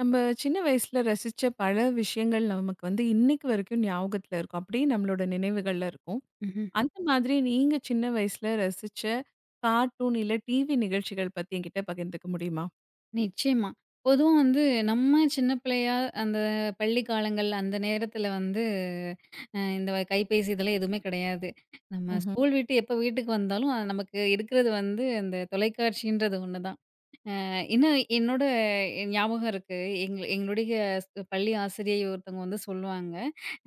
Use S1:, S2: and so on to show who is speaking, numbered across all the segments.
S1: நம்ம சின்ன வயசுல ரசிச்ச பல விஷயங்கள் நமக்கு இன்னைக்கு வரைக்கும் ஞாபகத்துல இருக்கும். அப்படியே நம்மளோட நினைவுகள்ல இருக்கும்.
S2: ம்ஹ்ம்.
S1: அந்த மாதிரி நீங்க சின்ன வயசுல ரசிச்ச கார்ட்டூன் இல்ல டிவி நிகழ்ச்சிகள் பத்தி என்கிட்ட பகிர்ந்துக்க முடியுமா?
S2: நிச்சயமா. பொதுவா வந்து நம்ம சின்ன பிள்ளையா அந்த பள்ளி காலங்கள் அந்த நேரத்துல வந்து கைபேசி இதெல்லாம் எதுவுமே கிடையாது. நம்ம
S1: ம்ஹ்ம்.
S2: ஸ்கூல் விட்டு எப்ப வீட்டுக்கு வந்தாலும் நமக்கு இருக்கிறது வந்து அந்த தொலைக்காட்சின்றது ஒண்ணு தான். இன்னும் என்னோட ஞாபகம் இருக்கு. எங்களுடைய பள்ளி ஆசிரியை ஒருத்தவங்க வந்து சொல்லுவாங்க,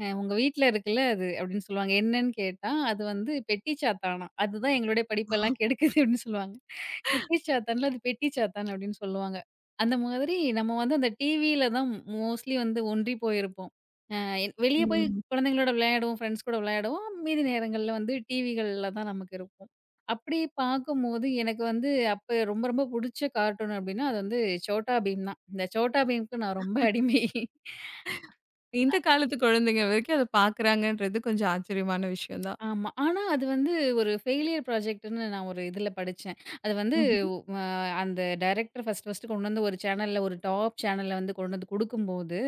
S2: உங்க வீட்ல இருக்குல்ல அது" அப்படின்னு சொல்லுவாங்க. என்னன்னு கேட்டா, "அது வந்து பெட்டி சாத்தானாம். அதுதான் எங்களுடைய படிப்பெல்லாம் கெடுக்குது" அப்படின்னு சொல்லுவாங்க. குட்டி சாத்தான்ல அது பெட்டி சாத்தான் அப்படின்னு சொல்லுவாங்க. அந்த மாதிரி நம்ம வந்து அந்த டிவியில தான் மோஸ்ட்லி வந்து ஒன்றி போயிருப்போம். அ வெளிய போய்
S1: ம்.
S2: குழந்தைங்களோட விளையாடுவோம், ஃப்ரெண்ட்ஸ் கூட விளையாடுவோம். மீதி நேரங்கள்ல வந்து டிவிகள்ல தான் நமக்கு இருக்கும். அப்படி பார்க்கும்போது எனக்கு வந்து அப்ப ரொம்ப ரொம்ப புடிச்ச கார்ட்டூன் அப்படின்னா, அது வந்து சோட்டா பீம் தான். இந்த சோட்டா பீம்க்கு நான் ரொம்ப அடிமை.
S1: இந்த காலத்து குழந்தைங்க வரைக்கும் அத பார்க்குறாங்கன்றது கொஞ்சம் ஆச்சரியமான விஷயம் தான்.
S2: ஆமா. ஆனா அது வந்து ஒரு ஃபெயிலியர் ப்ராஜெக்ட்ன்னு நான் ஒரு இதுல படிச்சேன். அது வந்து
S1: ம்ஹ்ம்.
S2: அ அந்த டைரக்டர் ஃபர்ஸ்ட்டு கொண்டு வந்து ஒரு சேனல்ல ஒரு டாப் சேனல்ல வந்து கொண்டு வந்து குடுக்கும்போது,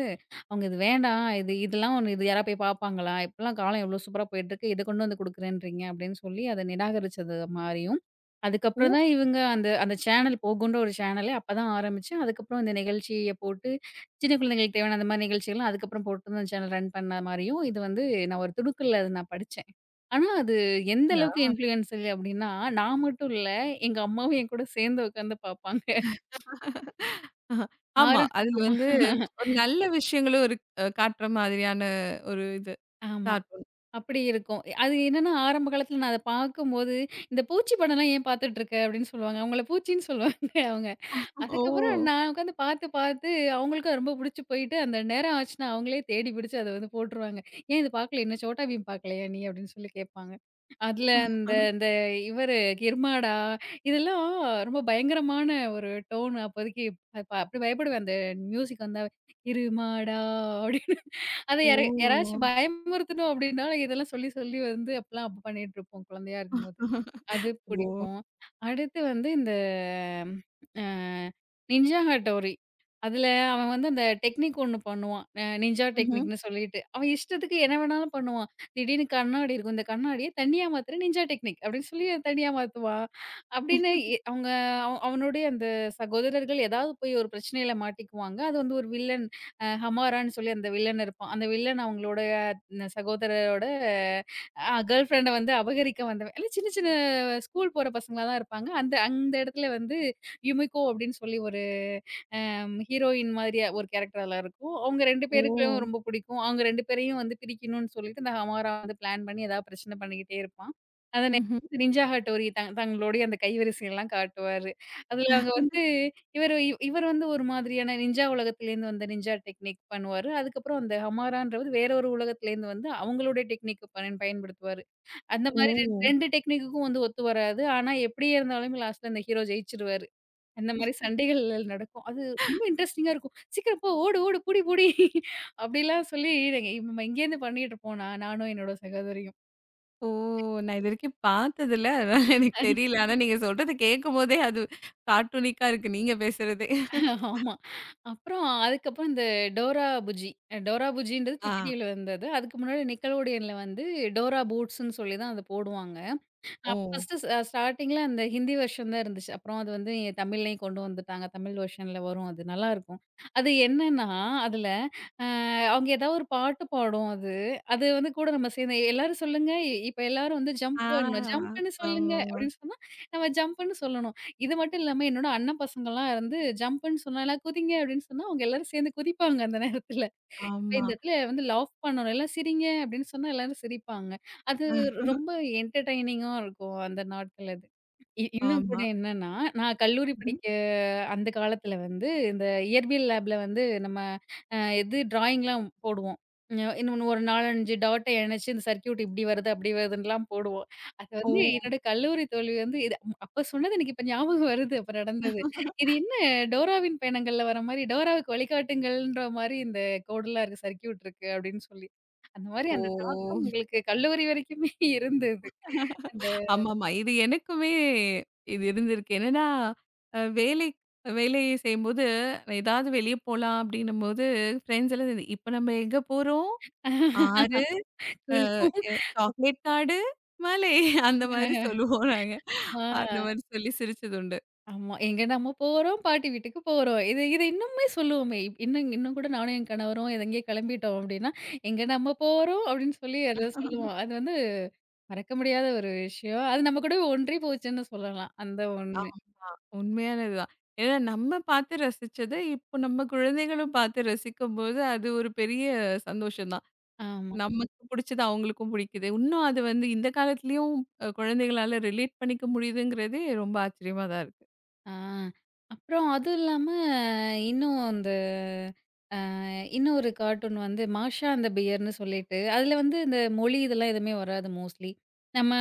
S2: அவங்க இது வேண்டாம். இது இதெல்லாம் ஒண்ணு இது யாரா போய் பார்ப்பாங்களா? இப்பலாம் காலம் எவ்ளோ சூப்பரா போயிட்டுருக்கு. இத கொண்டு வந்து குடுக்குறேன்றீங்க அப்படின்னு சொல்லி அத நிராகரிச்சது மாரியும். அதுக்கப்புறம்
S1: ஓ!
S2: தான் இவங்க அந்த அந்த சேனல் போகுன்ற ஒரு சேனலே அப்பதான் ஆரம்பிச்சு, அதுக்கப்புறம் இந்த நிகழ்ச்சிய போட்டு சின்ன குழந்தைகளுக்கு தேவையான அந்த மாரி நிகழ்ச்சிகள்லாம் அதுக்கப்புறம் போட்டு தான் அந்த சேனல் ரன் பண்ண மாரியும், இது வந்து நான் ஒரு துடுக்கல்ல அத நான் படிச்சேன். ஆனா, அது எந்த அளவுக்கு
S1: அப்படியா?
S2: இன்ஃப்ளூயன்ஸல் அப்டின்னா, நான் மட்டும் இல்ல. எங்க அம்மாவும் என் கூட சேர்ந்து உட்காந்து பார்ப்பாங்க.
S1: ஆஹா.
S2: ஆர
S1: ஆமா. அதுல
S2: ஆமா.
S1: ஒரு நல்ல விஷயங்களும் இருக் அ காட்டுற மாதிரியான ஒரு இது
S2: ஆமா.
S1: கார்ட்டூன்.
S2: அப்படி இருக்கும். அது என்னன்னா, ஆரம்ப காலத்தில நான் அத பார்க்கும்போது, "இந்த பூச்சி படம்லாம் ஏன் பார்த்துட்டு இருக்க?" அப்படின்னு சொல்லுவாங்க. அவங்கள பூச்சின்னு சொல்லுவாங்க. அவங்க
S1: ஓ!
S2: அதுக்கப்புறம் நான் உட்காந்து பார்த்து, அவங்களுக்கும் ரொம்ப புடிச்சு போயிட்டு, அந்த நேரம் ஆச்சுன்னா அவங்களே தேடி பிடிச்சு அத வந்து போட்டுருவாங்க. "ஏன் இது பார்க்கல என்ன? சோட்டா பீம் பார்க்கலையா நீ?" அப்படின்னு சொல்லி கேட்பாங்க. அதுல அந்த இந்த இவரு கிர்மாடா இதெல்லாம் ரொம்ப பயங்கரமான ஒரு டோன் அப்போதைக்கு அப்ப அப்படி பயப்படுவேன். அந்த மியூசிக் வந்தாவே, "கிருமாடா" அப்படின்னு அத யார
S1: ஓ!
S2: யாராச்சும் பயமுறுத்தணும் அப்படின்னாலும் இதெல்லாம் சொல்லி, வந்து அப்பலாம் அப்ப பண்ணிட்டுருப்போம் குழந்தையா இருக்கும்போது. அது
S1: ஓ!
S2: பிடிக்கும். அடுத்து வந்து இந்த அ நிஞ்சா ஹட்டோரி. அதுல அவன் வந்து அந்த டெக்னிக் ஒண்ணு பண்ணுவான். நிஞ்சா
S1: ம்ஹ்ம்.
S2: டெக்னிக்ன்னு சொல்லிட்டு. அவன் இஷ்டத்துக்கு என்ன வேணாலும் பண்ணுவான். திடீர்னு கண்ணாடி இருக்கும். இந்த கண்ணாடிய தண்ணியா மாத்துற நிஞ்சா டெக்னிக் அப்படின்னு சொல்லி தண்ணியா மாத்துவான். அப்படின்னு எ அவங்க அவ அவனுடைய அந்த சகோதரர்கள் ஏதாவது போய் ஒரு பிரச்சனையில மாட்டிக்குவாங்க. அது வந்து ஒரு வில்லன் ஹமாரான்னு சொல்லி அந்த வில்லன் இருப்பான். அந்த வில்லன் அவங்களோட சகோதரரோட கேர்ள் ஃப்ரெண்ட வந்து அபகரிக்க வந்தவன். இல்ல சின்ன சின்ன ஸ்கூல் போற பசங்களா தான் இருப்பாங்க. அந்த அந்த இடத்துல வந்து யுமிகோ அப்டின்னு சொல்லி ஒரு ஹீரோயின் மாதிரியா ஒரு கேரக்டர் அதுல இருக்கும். அவங்க 2
S1: ஓ!
S2: பேருக்கும் ரொம்ப பிடிக்கும். அவங்க 2 பேரையும் வந்து பிரிக்கணும்னு சொல்லிட்டு இந்த ஹமாரா வந்து பிளான் பண்ணி ஏதாவது பிரச்சனை பண்ணிக்கிட்டே இருப்பான். அந்த
S1: ம்ஹ்ம்.
S2: நேரத்துல நின்ஜா ஹட்டோரி தங்களுடைய அந்த கைவரிசையெல்லாம் காட்டுவாரு. அதுல அவங்க வந்து இவரு இவர் வந்து ஒரு மாதிரியான நிஞ்சா உலகத்திலேருந்து வந்த நிஞ்சா டெக்னிக் பண்ணுவாரு. அதுக்கப்புறம் அந்த ஹமாரான்றது வேற ஒரு உலகத்திலேருந்து வந்து அவங்களுடைய டெக்னிக் பயன்படுத்துவாரு. அந்த
S1: ஓ!
S2: மாரி 2 டெக்னிக்குக்கும் வந்து ஒத்து வராது. ஆனா, எப்படியே இருந்தாலும் லாஸ்ட்ல அந்த ஹீரோ ஜெயிச்சுருவாரு. அந்த மாரி சண்டைகள் நடக்கும். அது ரொம்ப இன்ட்ரெஸ்டிங்கா இருக்கும். "சீக்கிரம் போ! ஓடு, ஓடு! புடி, புடி!" அப்படிலாம் சொல்லி நாங்க நம்ம இங்கேருந்து பண்ணிட்டுருப்போம். நானும் என்னோட சகோதரியும்.
S1: ஓ! நான் இதுவரைக்கும் பார்த்ததில்ல. அதனால எனக்கு தெரியல. ஆனா நீங்க சொல்றத கேட்கும்போதே அது கார்ட்டூனிக்கா இருக்கு நீங்க பேசுறதே.
S2: ஆமா. அப்புறம் அதுக்கப்புறம் இந்த டோரா புஜ்ஜி. டோரா புஜ்ஜின்றது சுட்டி
S1: ஆ.
S2: டிவில வந்தது. அதுக்கு முன்னாடி நிக்கலோடியன்ல வந்து டோரா பூட்ஸ்ன்னு சொல்லி தான் அத போடுவாங்க.
S1: ஓ!
S2: ஃபர்ஸ்ட்டு ஸ்டார்ட்டிங்ல அந்த ஹிந்தி வெர்ஷன் தான் இருந்துச்சு. அப்புறம் அது வந்து தமிழ்லயும் கொண்டு வந்துட்டாங்க. தமிழ் வெர்ஷன்ல வரும் அது. நல்லாருக்கும். அது என்னன்னா, அதுல அ அவங்க ஏதாவது ஒரு பாட்டு பாடும் அது. அது வந்து கூட நம்ம சேர்ந்து எல்லாரும் சொல்லுங்க, இப்ப எல்லாரும் வந்து ஜம்ப் பண்ணணும்.
S1: ஆ.
S2: ஜம்ப்ன்னு சொல்லுங்க
S1: ஆமாமா.
S2: அப்படின்னு சொன்னா, நம்ம ஜம்ப்ன்னு சொல்லணும். இது மட்டும் இல்லாம என்னோட அண்ணன் பசங்கலாம் வந்து ஜம்ப்ன்னு சொன்னா, எல்லாம் குதிங்க அப்படின்னு சொன்னா, அவங்க எல்லாரும் சேர்ந்து குதிப்பாங்க அந்த நேரத்துல. இப்ப
S1: ஆமா.
S2: இந்த இடத்துல வந்து லாஃப் பண்ணணும். எல்லாம் சிரிங்க அப்படின்னு சொன்னா எல்லாரும் சிரிப்பாங்க. அது ரொம்ப என்டர்டெய்னிங்கா இருக்கும் அந்த நாட்கள் அது. இன்னும் கூட
S1: ஆமா.
S2: என்னன்னா, நான் கல்லூரி படிக்க அந்த காலத்துல வந்து இந்த இயற்பியல் லேப்ல வந்து நம்ம இது ட்ராயிங்லாம் போடுவோம். இன்னொன்னு ஒரு 4, 5 டாட்ட இணைச்சு இந்த சர்க்யூட் இப்படி வருது, அப்படி வருதுன்னுலாம் போடுவோம். அது
S1: ஓ!
S2: வந்து என்னோட கல்லூரி தோழி வந்து இது அப்ப சொன்னது எனக்கு இப்ப ஞாபகம் வருது. அப்ப நடந்தது. இது என்ன டோராவின் பயணங்கள்ல வர மாரி டோராவுக்கு வழிகாட்டுங்கள்ன்ற மாரி இந்த கோடுலாம் இருக்கு, சர்க்யூட் இருக்கு அப்படின்னு சொல்லி. அந்த மாரி அந்த தாக்கம்
S1: ஓ!
S2: எங்களுக்கு கல்லூரி வரைக்குமே இருந்தது. அந்த
S1: ஆமாமா. இது எனக்குமே இது இருந்திருக்கு. என்னன்னா, வேலை வேலை செய்யும்போது ஏதாவது வெளிய போலாம் அப்படின்னும்போது, ஃப்ரெண்ட்ஸ் எல்லாம், "இப்ப நம்ம எங்க போறோம்? 6
S2: குழுவும்.
S1: சாக்லேட் நாடு மலை." அந்த மாதிரி சொல்லுவோம் நாங்க.
S2: ஆ.
S1: அந்த மாரி சொல்லி சிரிச்சது உண்டு.
S2: ஆமா. எங்க நம்ம போறோம், பாட்டி வீட்டுக்கு போறோம். இது இது இன்னுமே சொல்லுவோமே. இன்னும் இன்னும் கூட நானும் என் கணவரும் எங்கேயோ கிளம்பிட்டோம் அப்டின்னா, எங்க நம்ம போறோம் அப்டின்னு சொல்லி அத சொல்லுவோம். அது வந்து மறக்க முடியாத ஒரு விஷயம். அது நம்ம கூடவே ஒன்றி போச்சுன்னு சொல்லலாம். அந்த ஒண்ணு.
S1: ஆமா. உண்மையானதுதான். ஏன்னா நம்ம பார்த்து ரசிச்சத, இப்போ நம்ம குழந்தைகளும் பார்த்து ரசிக்கும்போது, அது ஒரு பெரிய சந்தோஷம் தான்.
S2: ஆமா.
S1: நமக்கு புடிச்சது அவங்களுக்கும் புடிக்குது. இன்னும் அது இந்த காலத்துலயும் குழந்தைகளால ரிலேட் பண்ணிக்க முடியுதுங்கிறதே ரொம்ப ஆச்சரியமா தான் இருக்கு.
S2: ஆ. அப்புறம் அதுவும் இல்லாம, இன்னும் அந்த இன்னொரு கார்ட்டூன் வந்து மாஷா அந்த பியர்ன்னு சொல்லிட்டு, அதில வந்து இந்த மொழி இதெல்லாம் எதுவுமே வராது மோஸ்ட்லி. நம்ம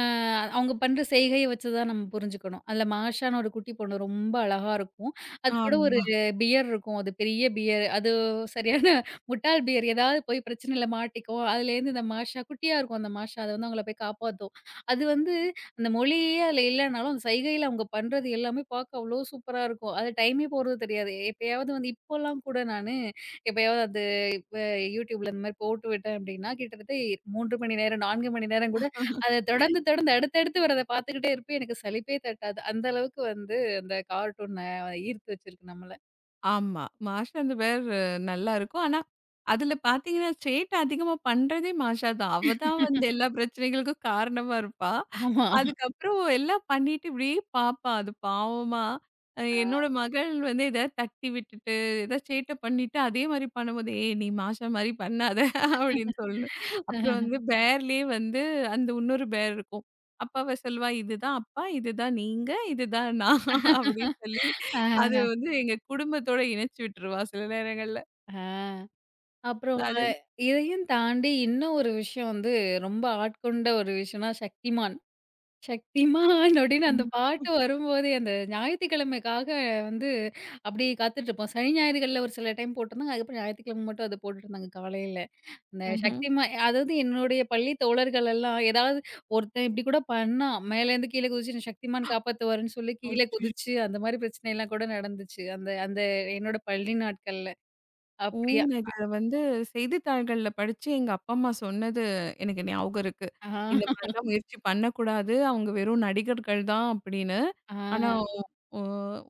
S2: அவங்க பண்ற செய்கைய வச்சு தான் நம்ம புரிஞ்சுக்கணும். அதில மாஷான்னு ஒரு குட்டி பொண்ணு ரொம்ப அழகா இருக்கும். அது கூட ஒரு
S1: ஆமா.
S2: பியர் இருக்கும். அது பெரிய பியர். அது சரியான முட்டாள் பியர். ஏதாவது போய் பிரச்சனையில மாட்டிக்கும். அதுலேருந்து இந்த மாஷா குட்டியா இருக்கும் அந்த மாஷா. அது வந்து அவங்கள போய் காப்பாத்தும். அது வந்து அந்த மொழியே அதில இல்லனாலும், அந்த செய்கையில அவங்க பண்றது எல்லாமே பார்க்க அவ்வளோ சூப்பரா இருக்கும். அது டைமே போறது தெரியாது. எப்பயாவது வந்து இப்போலாம் கூட எப்பயாவது அ YouTubeல இந்த மாரி போட்டு விட்டேன் அப்படின்னா, கிட்டத்தட்ட 3 மணி நேரம், 4 மணி நேரம் கூட அத தொடர்ந்து தொடர்ந்து அடுத்தடுத்து வரத பார்த்துக்கிட்டே இருப்பேன். எனக்கு சலிப்பே தட்டாது. அந்த அளவுக்கு வந்து அந்த கார்ட்டூன் ஈர்த்து வச்சிருக்கு நம்மள.
S1: ஆமா. மாஷா அந்த பேர் நல்லா இருக்கும். ஆனா, அதுல பார்த்தீங்கன்னா, சேட்டை அதிகமா பண்றதே மாஷா தான். அவ தான் எல்லா பிரச்சனைகளுக்கும் காரணமா இருப்பா.
S2: ஆமா.
S1: அதுக்கப்புறம் எல்லாம் பண்ணிட்டு இப்படியே பாப்பா அது பாவமா.
S2: ஆ.
S1: என்னோட மகள் எதாவது தட்டி விட்டுட்டு, ஏதாவது சேட்டை பண்ணிட்டு, அதே மாரி பண்ணும்போது, "ஏய் நீ மாஷா மாரி பண்ணாத" அப்படின்னு சொல்லணும். அப்புறம் பேர்லயே அந்த இன்னொரு பேர் இருக்கும். அப்ப அவ சொல்லுவா, "இதுதான் அப்பா, இதுதான் நீங்க, இதுதான் நான்" அப்படின்னு சொல்லி அது
S2: ஆ,
S1: எங்க குடும்பத்தோட இணைச்சு விட்டுருவா சில நேரங்கள்ல.
S2: ஆ. அப்புறம்
S1: அது
S2: இதையும் தாண்டி இன்னும் ஒரு விஷயம் வந்து ரொம்ப ஆட்கொண்ட ஒரு விஷயம்னா, சக்திமான். சக்திமான் அப்படின்னு அந்த
S1: ம்.
S2: பாட்டு வரும்போதே, அந்த ஞாயித்துக்கிழமைக்காக வந்து அப்படியே காத்துட்ருப்போம். சனி, ஞாயிறுகள்ல ஒரு சில டைம் போட்டிருந்தாங்க. அதுக்கப்புறம் ஞாயித்துக்கிழமை மட்டும் அத போட்டுட்டுருந்தாங்க காலையில. அந்த சக்திமான் அதாவது என்னுடைய பள்ளி தோழர்கள் எல்லாம் ஏதாவது ஒருத்தன் இப்படி கூட பண்ணான். மேலேருந்து கீழ குதிச்சு "என்ன சக்திமான் காப்பாத்துவாருன்னு" சொல்லி கீழ
S1: ம்ஹ்ம்.
S2: குதிச்சு, அந்த மாரி பிரச்சனைலாம் கூட நடந்துச்சு. அந்த அந்த என்னோட பள்ளி நாட்கள்ல.
S1: ஓ!
S2: அப்படியா?
S1: நான் இத செய்தித்தாள்கள்ல படிச்சு எங்க அப்பா, அம்மா சொன்னது எனக்கு ஞாபகம் இருக்கு. இந்த
S2: ஆ.
S1: மாரிலாம் முயற்சி பண்ணக்கூடாது. அவங்க வெறும் நடிகர்கள் தான் அப்படின்னு.
S2: ஆ.
S1: ஆனா உ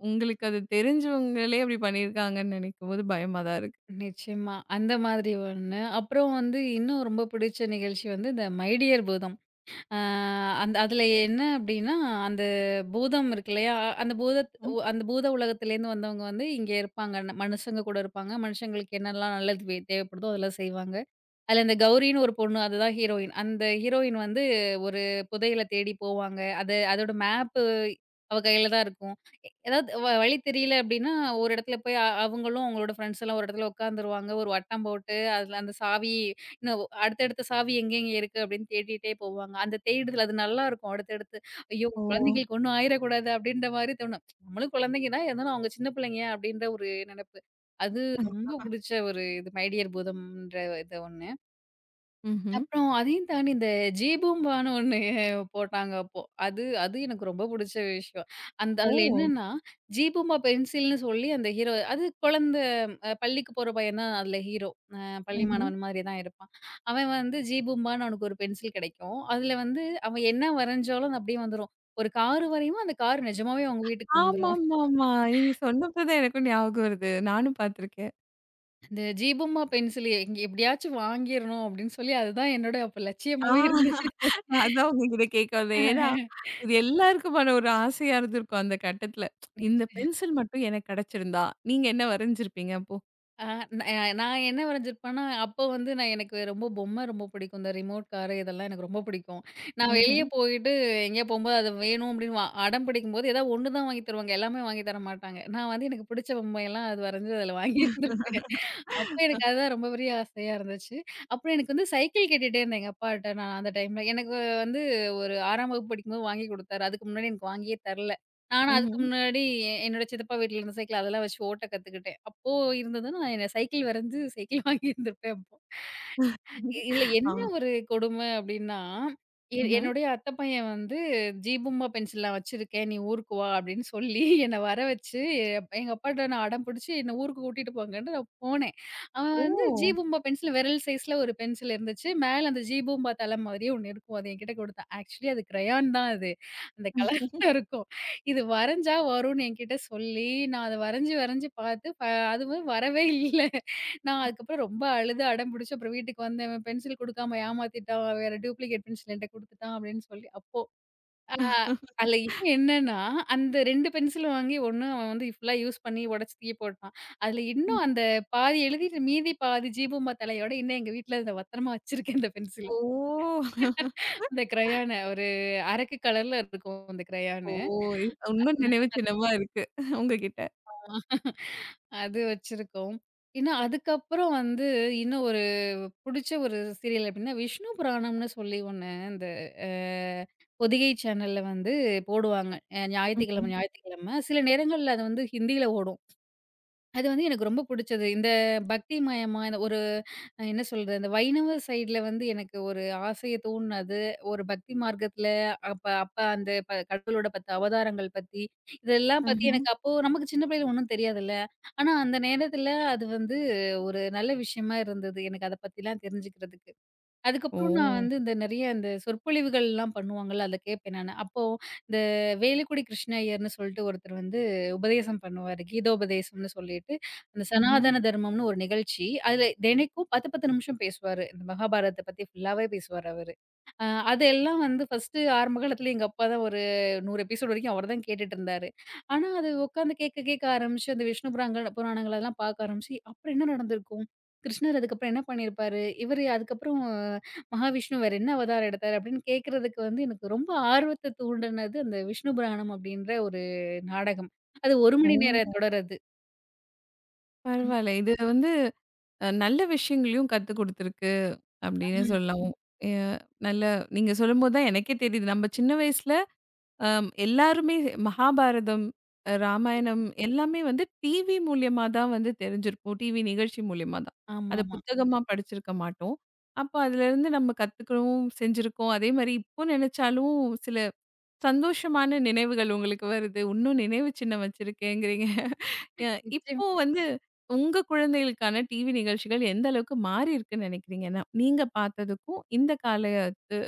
S1: உங்களுக்கு அது தெரிஞ்சவங்களே அப்படி பண்ணியிருக்காங்கன்னு நினைக்கும்போது பயமா தான் இருக்கு.
S2: நிச்சயமா. அந்த மாதிரி ஒண்ணு. அப்புறம் வந்து இன்னும் ரொம்ப பிடிச்ச நிகழ்ச்சி வந்து இந்த மை டியர் பூதம். ஆ அந்த அதில என்ன அப்டின்னா, அந்த பூதம் இருக்கு இல்லையா?
S1: ம்.
S2: அந்த பூத உலகத்திலேருந்து வந்தவங்க வந்து இங்கே இருப்பாங்க. மனுஷங்க கூட இருப்பாங்க. மனுஷங்களுக்கு என்னலாம் நல்லது தேவைப்படுதோ அதெல்லாம் செய்வாங்க. அதுல இந்த கௌரின்னு ஒரு பொண்ணு. அதுதான் ஹீரோயின். அந்த ஹீரோயின் வந்து ஒரு புதையல தேடி போவாங்க. அது அதோட மேப்பு அவ கையில தான் இருக்கும். எ ஏதாவது வ வழி தெரியல அப்டின்னா, ஒரு இடத்துல போய் அவங்களும் அவங்களோட ஃப்ரெண்ட்ஸ் எல்லாம் ஒரு இடத்துல உட்காந்துருவாங்க. ஒரு வட்டம் போட்டு அதுல அந்த சாவி இன்னும் அடுத்தடுத்த சாவி எங்கெங்கே இருக்கு அப்டின்னு தேடிட்டே போவாங்க. அந்த தேடுதல் அது நல்லாருக்கும். அடுத்தடுத்து ஐயோ!
S1: ஓ!
S2: குழந்தைங்களுக்கு ஒண்ணும் ஆயிறக்கூடாது அப்டின்ற மாரி தோணும். நம்மளும் குழந்தைங்க தான் இருந்தாலும் அவங்க சின்ன பிள்ளைங்க அப்டின்ற ஒரு நெனப்பு. அது ரொம்ப புடிச்ச ஒரு இது மை டியர் பூதம்ன்ற இது ஒண்ணு.
S1: ம்ஹ்ம்.
S2: அப்புறம் அதையும் தாண்டி இந்த ஜீபூம்பான்னு ஒண்ணு போட்டாங்க அப்போ. அது அது எனக்கு ரொம்ப புடிச்ச விஷயம். அந்த
S1: ஓ!
S2: அதுல என்னன்னா, ஜீபூம்பா பென்சில்ன்னு சொல்லி அந்த ஹீரோ அது குழந்தை பள்ளிக்கு போற பையன் தான் அதுல ஹீரோ. அ பள்ளி
S1: ம்ஹ்ம்.
S2: மாணவன் மாதிரி தான் இருப்பான். அவன் வந்து ஜீபூம்பான்னு அவனுக்கு ஒரு பென்சில் கிடைக்கும். அதுல வந்து அவன் என்ன வரைஞ்சாலும் அது அப்படியே வந்துரும். ஒரு கார் வரையுவான், அந்த கார் நிஜமாவே அவங்க வீட்டுக்கு வந்துரும்.
S1: ஆமாமாமா. நீங்க சொன்னப்ப தான் எனக்கும் ஞாபகம் வருது. நானும் பார்த்துருக்கேன்.
S2: இந்த ஜீபூம்பா பென்சில் எங்க எப்படியாச்சும் வாங்கிரணும் அப்படின்னு சொல்லி அதுதான் என்னோட அப்ப
S1: ஆ.
S2: லட்சியமாவே இருந்துச்சு.
S1: அதான் உங்ககிட்ட கேட்க வந்தேன். ஏன்னா, அது எல்லாருக்குமான ஒரு ஆசையா இருந்திருக்கும் அந்த கட்டத்துல. இந்த பென்சில் மட்டும் எனக்கு கிடைச்சிருந்தா, நீங்க என்ன வரைஞ்சிருப்பீங்க அப்போ?
S2: ஆ நான் என்ன வரைஞ்சிருப்பேன்னா, அப்போ வந்து நான் எனக்கு ரொம்ப பொம்மை ரொம்ப பிடிக்கும். இந்த ரிமோட் காரு இதெல்லாம் எனக்கு ரொம்ப பிடிக்கும். நான் வெளிய
S1: ம்ஹ்ம்.
S2: போயிட்டு எங்கேயோ போம்போது அது வேணும் அப்படின்னு அடம் பிடிக்கும்போது, ஏதாவது ஒண்ணு தான் வாங்கி தருவாங்க. எல்லாமே வாங்கி தர மாட்டாங்க. நான் வந்து எனக்கு பிடிச்ச பொம்மையெல்லாம் அது வரைஞ்சு அதில வாங்கியிருந்திருப்பேன். அப்ப எனக்கு அதுதான் ரொம்ப பெரிய ஆசையா இருந்துச்சு. அப்புறம் எனக்கு வந்து சைக்கிள் கேட்டுட்டே இருந்தேன் எங்க அப்பாட்ட நான் அந்த டைம்ல. எனக்கு வந்து ஒரு 6ஆம் வகுப்பு படிக்கும்போது வாங்கி குடுத்தாரு. அதுக்கு முன்னாடி எனக்கு வாங்கியே தரல. நானும் அதுக்கு
S1: ம்ஹ்ம்.
S2: முன்னாடி என்னோட சித்தப்பா வீட்ல இருந்த சைக்கிள் அதெல்லாம் வச்சு ஓட்ட கத்துக்கிட்டேன். அப்போ இருந்ததுன்னா, நான் என்ன சைக்கிள் வரைஞ்சு சைக்கிள் வாங்கியிருந்திருப்பேன் அப்போ. இதுல
S1: ஆ.
S2: என்ன ஒரு கொடுமை அப்டின்னா,
S1: ம்ஹ்ம்.
S2: என்னுடைய அத்த பையன் வந்து "ஜீபும்மா பென்சில் நான் வச்சிருக்கேன். நீ ஊருக்கு வா" அப்படின்னு சொல்லி என்ன வர வச்சு, எங்க அப்பாட்ட நான் அடம் பிடிச்சு என்ன ஊருக்கு கூட்டிட்டு போங்கன்ட்டு நான் போனேன். அவன்
S1: ஓ!
S2: வந்து ஜீபூம்பா பென்சில் விரல் சைஸ்ல ஒரு பென்சில் இருந்துச்சு. மேல அந்த ஜீபூம்பா தலை மாதிரியே ஒண்ணு இருக்கும். அது என்கிட்ட குடுத்தான். ஆக்சுவலி அது கிரையான் தான் அது. அந்த கலர்ல இருக்கும். இது வரைஞ்சா வரும்னு என்கிட்ட சொல்லி, நான் அத வரைஞ்சு வரைஞ்சு பார்த்து, அதுவும் வரவே இல்ல. நான் அதுக்கப்புறம் ரொம்ப அழுது அடம் பிடிச்சு அப்புறம் வீட்டுக்கு வந்தேன். "இவன் பென்சில் குடுக்காம ஏமாத்திட்டான். வேற டூப்ளிகேட் பென்சில் என்ட்ட குடுத்துட்டான்" அப்படின்னு சொல்லி. அப்போ அ அதில இன்னும் என்னன்னா, அந்த 2 பென்சிலும் வாங்கி ஒண்ணு அவன் வந்து ஃபுல்லா யூஸ் பண்ணி உடைச்சு தூக்கி போட்டான். அதில
S1: ம்.
S2: இன்னும் அந்த பாதி எழுதிட்டு மீதி பாதி ஜீபூம்பா தலையோட இன்னும் எங்க வீட்ல அத பத்திரமா வச்சிருக்கேன் அந்த பென்சில.
S1: ஓ!
S2: அந்த கிரையானு ஒரு அரக்கு கலர்ல இருக்கும் அந்த
S1: ஓ!
S2: கிரையானு.
S1: இது இன்னும் நினைவு சின்னமா இருக்கு உங்ககிட்ட.
S2: அது வச்சிருக்கோம். ஏன்னா, அதுக்கப்புறம் வந்து இன்னும் ஒரு புடிச்ச ஒரு சீரியல் அப்டின்னா, விஷ்ணு புராணம்னு சொல்லி ஒண்ணு இந்த அ பொதிகை சேனல்ல வந்து போடுவாங்க.
S1: ம்ஹ்ம்.
S2: ஞாயித்துக்கிழமை. சில நேரங்கள்ல அது வந்து ஹிந்தியில ஓடும். அது வந்து எனக்கு ரொம்ப புடிச்சது. இந்த பக்திமயமா இந்த ஒரு என்ன சொல்றது, இந்த வைணவ சைட்ல வந்து எனக்கு ஒரு ஆசைய தூண்டுனது, ஒரு பக்தி மார்க்கத்துல அப்ப அப்ப அந்த கடவுளோட 10 அவதாரங்கள் பத்தி, இதெல்லாம் பத்தி
S1: ம்ஹ்ம்.
S2: எனக்கு அப்போ நமக்கு சின்ன பிள்ளையில ஒண்ணும் தெரியாதுல்ல. ஆனா அந்த நேரத்துல அது வந்து ஒரு நல்ல விஷயமா இருந்தது. எனக்கு அத பத்திலாம் தெரிஞ்சுக்கிறதுக்கு.
S1: ஓ!
S2: அதுக்கப்புறம் நான் வந்து இந்த நெறைய இந்த சொற்பொழிவுகள்லாம் பண்ணுவாங்கல்ல, அதில கேட்பேன் நானு. அப்போ இந்த வேலுக்குடி கிருஷ்ண ஐயர்ன்னு சொல்லிட்டு ஒருத்தர் வந்து உபதேசம் பண்ணுவாரு. கீதோபதேசம்னு சொல்லிட்டு, அந்த
S1: ம்ஹ்ம்.
S2: சனாதன தர்மம்னு ஒரு நிகழ்ச்சி. அதில தினைக்கும் 10, 10 நிமிஷம் பேசுவாரு. இந்த மகாபாரதத்த பத்தி ஃபுல்லாவே பேசுவாரு அவரு. அ அதெல்லாம் வந்து ஃபர்ஸ்ட்டு ஆரம்ப காலத்தில எங்க அப்பா தான் ஒரு 100 எபிசோடு வரைக்கும் அவர் தான் கேட்டுட்டுருந்தாரு. ஆனா, அது உட்காந்து கேட்க கேட்க ஆரம்பிச்சு, அந்த விஷ்ணு புராங்கண புராணங்கள் அதெல்லாம் பார்க்க ஆரம்பிச்சு, அப்புறம் என்ன நடந்திருக்கும்? கிருஷ்ணர் அதுக்கப்புறம் என்ன பண்ணியிருப்பாரு? இவரு அதுக்கப்புறம் மகாவிஷ்ணு வேற என்ன அவதாரம் எடுத்தாரு? அப்படின்னு கேட்கறதுக்கு வந்து எனக்கு ரொம்ப ஆர்வத்த தூண்டுனது அந்த விஷ்ணு புராணம் அப்படின்ற ஒரு நாடகம். அது 1
S1: ஓ!
S2: மணி நேர தொடர் அது.
S1: பரவால்ல. இது நல்ல விஷயங்களையும் கத்துக் குடுத்திருக்கு. அப்படின்னு சொல்லலாம். எ நல்ல நீங்க சொல்லும்போது தான் எனக்கே தெரியுது. நம்ம சின்ன வயசுல அ எல்லாருமே மகாபாரதம், ராமாயணம் எல்லாமே டிவி மூலியமா தான் தெரிஞ்சிருப்போம். டிவி நிகழ்ச்சி மூலியமா தான். அத
S2: ஆமாமா.
S1: புத்தகமா படிச்சிருக்க மாட்டோம். அப்ப அதுலருந்து நம்ம கத்துக்கவும் செஞ்சிருக்கோம். அதே மாரி இப்போ நெனச்சாலும் சில சந்தோஷமான நினைவுகள் உங்களுக்கு வருது. இன்னும் நினைவு சின்னம் வச்சிருக்கேங்கிறீங்க. அ
S2: நிச்சயமா.
S1: இப்போ உங்க குழந்தைகளுக்கான டிவி நிகழ்ச்சிகள் எந்த அளவுக்கு மாறி இருக்குன்னு நெனைக்கிறீங்கன்னா, நீங்க பார்த்ததுக்கும் இந்த காலத்து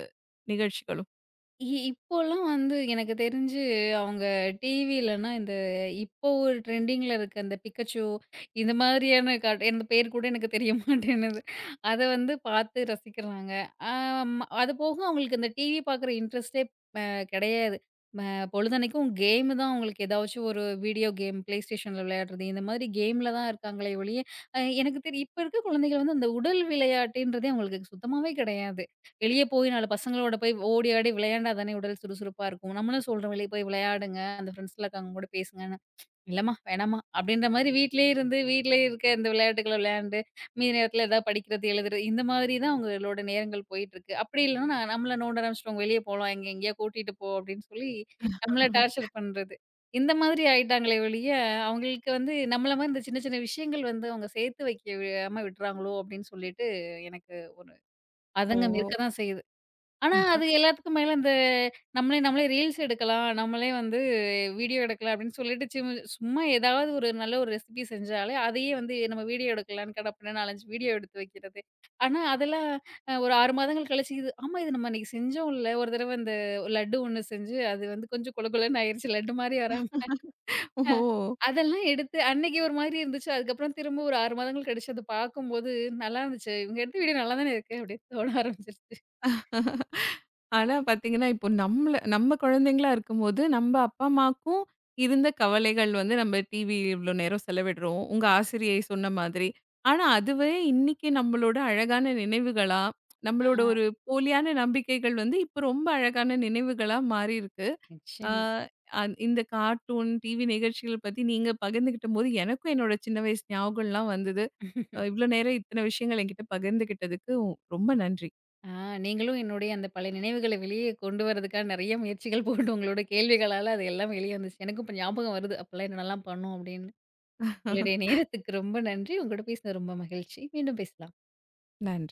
S1: நிகழ்ச்சிகளும்?
S2: இப்போலாம் வந்து எனக்கு தெரிஞ்சு அவங்க டிவிலனா, இந்த இப்போ ஒரு ட்ரெண்டிங்ல இருக்க அந்த பிக்கச்சோ இந்த மாதிரியான கார்ட் இந்த பேர் கூட எனக்கு தெரிய மாட்டேன்னுது. அத வந்து பார்த்து ரசிக்கிறாங்க. ஆம் அது போக அவங்களுக்கு இந்த டிவி பார்க்குற இன்ட்ரெஸ்ட்டே அ கிடையாது. ம பொழுதன்னைக்கும் கேம் தான் அவங்களுக்கு ஏதாச்சும் ஒரு வீடியோ கேம் PlayStationல விளையாடுறது, இந்த மாதிரி கேம்ல தான் இருக்காங்களே ஒழிய, அ எனக்கு தெரி இப்ப இருக்க குழந்தைகள் வந்து அந்த உடல் விளையாட்டுன்றதே அவங்களுக்கு சுத்தமாவே கிடையாது. வெளிய போய் 4 பசங்களோட போய் ஓடி ஆடி விளையாண்டா தானே உடல் சுறுசுறுப்பா இருக்கும். நம்மளும் சொல்றோம் வெளிய போய் விளையாடுங்க. அந்த ஃப்ரெண்ட்ஸ்லாம் இருக்காங்க அவங்க கூட பேசுங்கன்னு. இல்லம்மா, வேணாம்மா அப்டின்ற மாரி வீட்லயே இருக்க இந்த விளையாட்டுகள விளையாண்டு, மீதி நேரத்துல ஏதாவது படிக்கிறது, எழுதுறது இந்த மாதிரி தான் அவங்களோட நேரங்கள் போயிட்டுருக்கு. அப்டி இல்லன்னா நம்மள நோண்ட ஆரம்பிச்சுருவாங்க. வெளிய போலாம் எங்கேயா கூட்டிட்டு போ அப்டின்னு சொல்லி நம்மள டார்ச்சர் பண்றது. இந்த மாதிரி ஆயிட்டாங்களே ஒழிய, அவங்களுக்கு வந்து நம்மள மாரி இந்த சின்ன சின்ன விஷயங்கள் வந்து அவங்க சேர்த்து வைக்காம விட்றாங்களோ அப்டின்னு சொல்லிட்டு எனக்கு ஒரு அதங்கம் இருக்க
S1: ஓ!
S2: தான் செய்யுது. ஆனா, அது எல்லாத்துக்கும் மேல இந்த நம்மளே நம்மளே ரீல்ஸ் எடுக்கலாம். நம்மளே வந்து வீடியோ எடுக்கலாம் அப்படின்னு சொல்லிட்டு சும்மா ஏதாவது ஒரு நல்ல ஒரு ரெசிபி செஞ்சாலே, அதையே வந்து நம்ம வீடியோ எடுக்கலான்னு கடப்புடனு 4, 5 வீடியோ எடுத்து வைக்கிறது. ஆனா, அதெல்லாம் ஒரு 6 மாதங்கள் கழிச்சு இது ஆமா இது நம்ம அன்னைக்கு செஞ்சோம்ல. ஒரு தடவ இந்த லட்டு ஒண்ணு செஞ்சு அது வந்து கொஞ்சம் கொழ கொழன்னு ஆயிருச்சு. லட்டு மாரி வராம.
S1: ஓ!
S2: அதெல்லாம் எடுத்து அன்னைக்கு ஒரு மாதிரி இருந்துச்சு. அதுக்கப்புறம் திரும்ப ஒரு 6 மாதங்கள் கழிச்சு அத பார்க்கும்போது, "நல்லா இருந்துச்சு. இவங்க எடுத்த வீடியோ நல்லா தானே இருக்கு" அப்படின்னு தோண ஆரம்பிச்சுருச்சு.
S1: ஆனா பாத்தீங்கன்னா, இப்போ நம்மள நம்ம குழந்தைங்களா இருக்கும்போது, நம்ம அப்பா, அம்மாக்கும் இருந்த கவலைகள் நம்ம டிவி இவ்ளோ நேரம் செலவிடுறோம். உங்க
S2: ஆமா.
S1: ஆசிரியை சொன்ன மாதிரி. ஆனா அதுவே இன்னைக்கு நம்மளோட அழகான நினைவுகளா, நம்மளோட ஒரு போலியான நம்பிக்கைகள் இப்போ ரொம்ப அழகான நினைவுகளா மாறியிருக்கு. ஆ
S2: நிச்சயமா.
S1: அந் இந்த கார்ட்டூன், டிவி நிகழ்ச்சிகள் பத்தி நீங்க பகிர்ந்துகிட்டம்போது, எனக்கும் என்னோட சின்ன வயசு ஞாபகம்லாம் வந்தது. இவ்ளோ நேரம் இத்தன விஷயங்கள் என்கிட்ட பகிர்ந்துகிட்டதுக்கு ரொம்ப நன்றி.
S2: ஆ நீங்களும் என்னுடைய அந்த பழைய நினைவுகள வெளியே கொண்டு வரதுக்காக நெறைய முயற்சிகள் போட்டு உங்களோட கேள்விகளால அது எல்லாம் வெளிய வந்துச்சு. எனக்கும் இப்ப ஞாபகம் வருது. அப்பலாம் என்னென்னலாம் பண்ணோம் அப்படின்னு. உங்களுடைய நேரத்துக்கு ரொம்ப நன்றி. உங்களோட பேசினது ரொம்ப மகிழ்ச்சி. மீண்டும் பேசலாம்.
S1: நன்றி.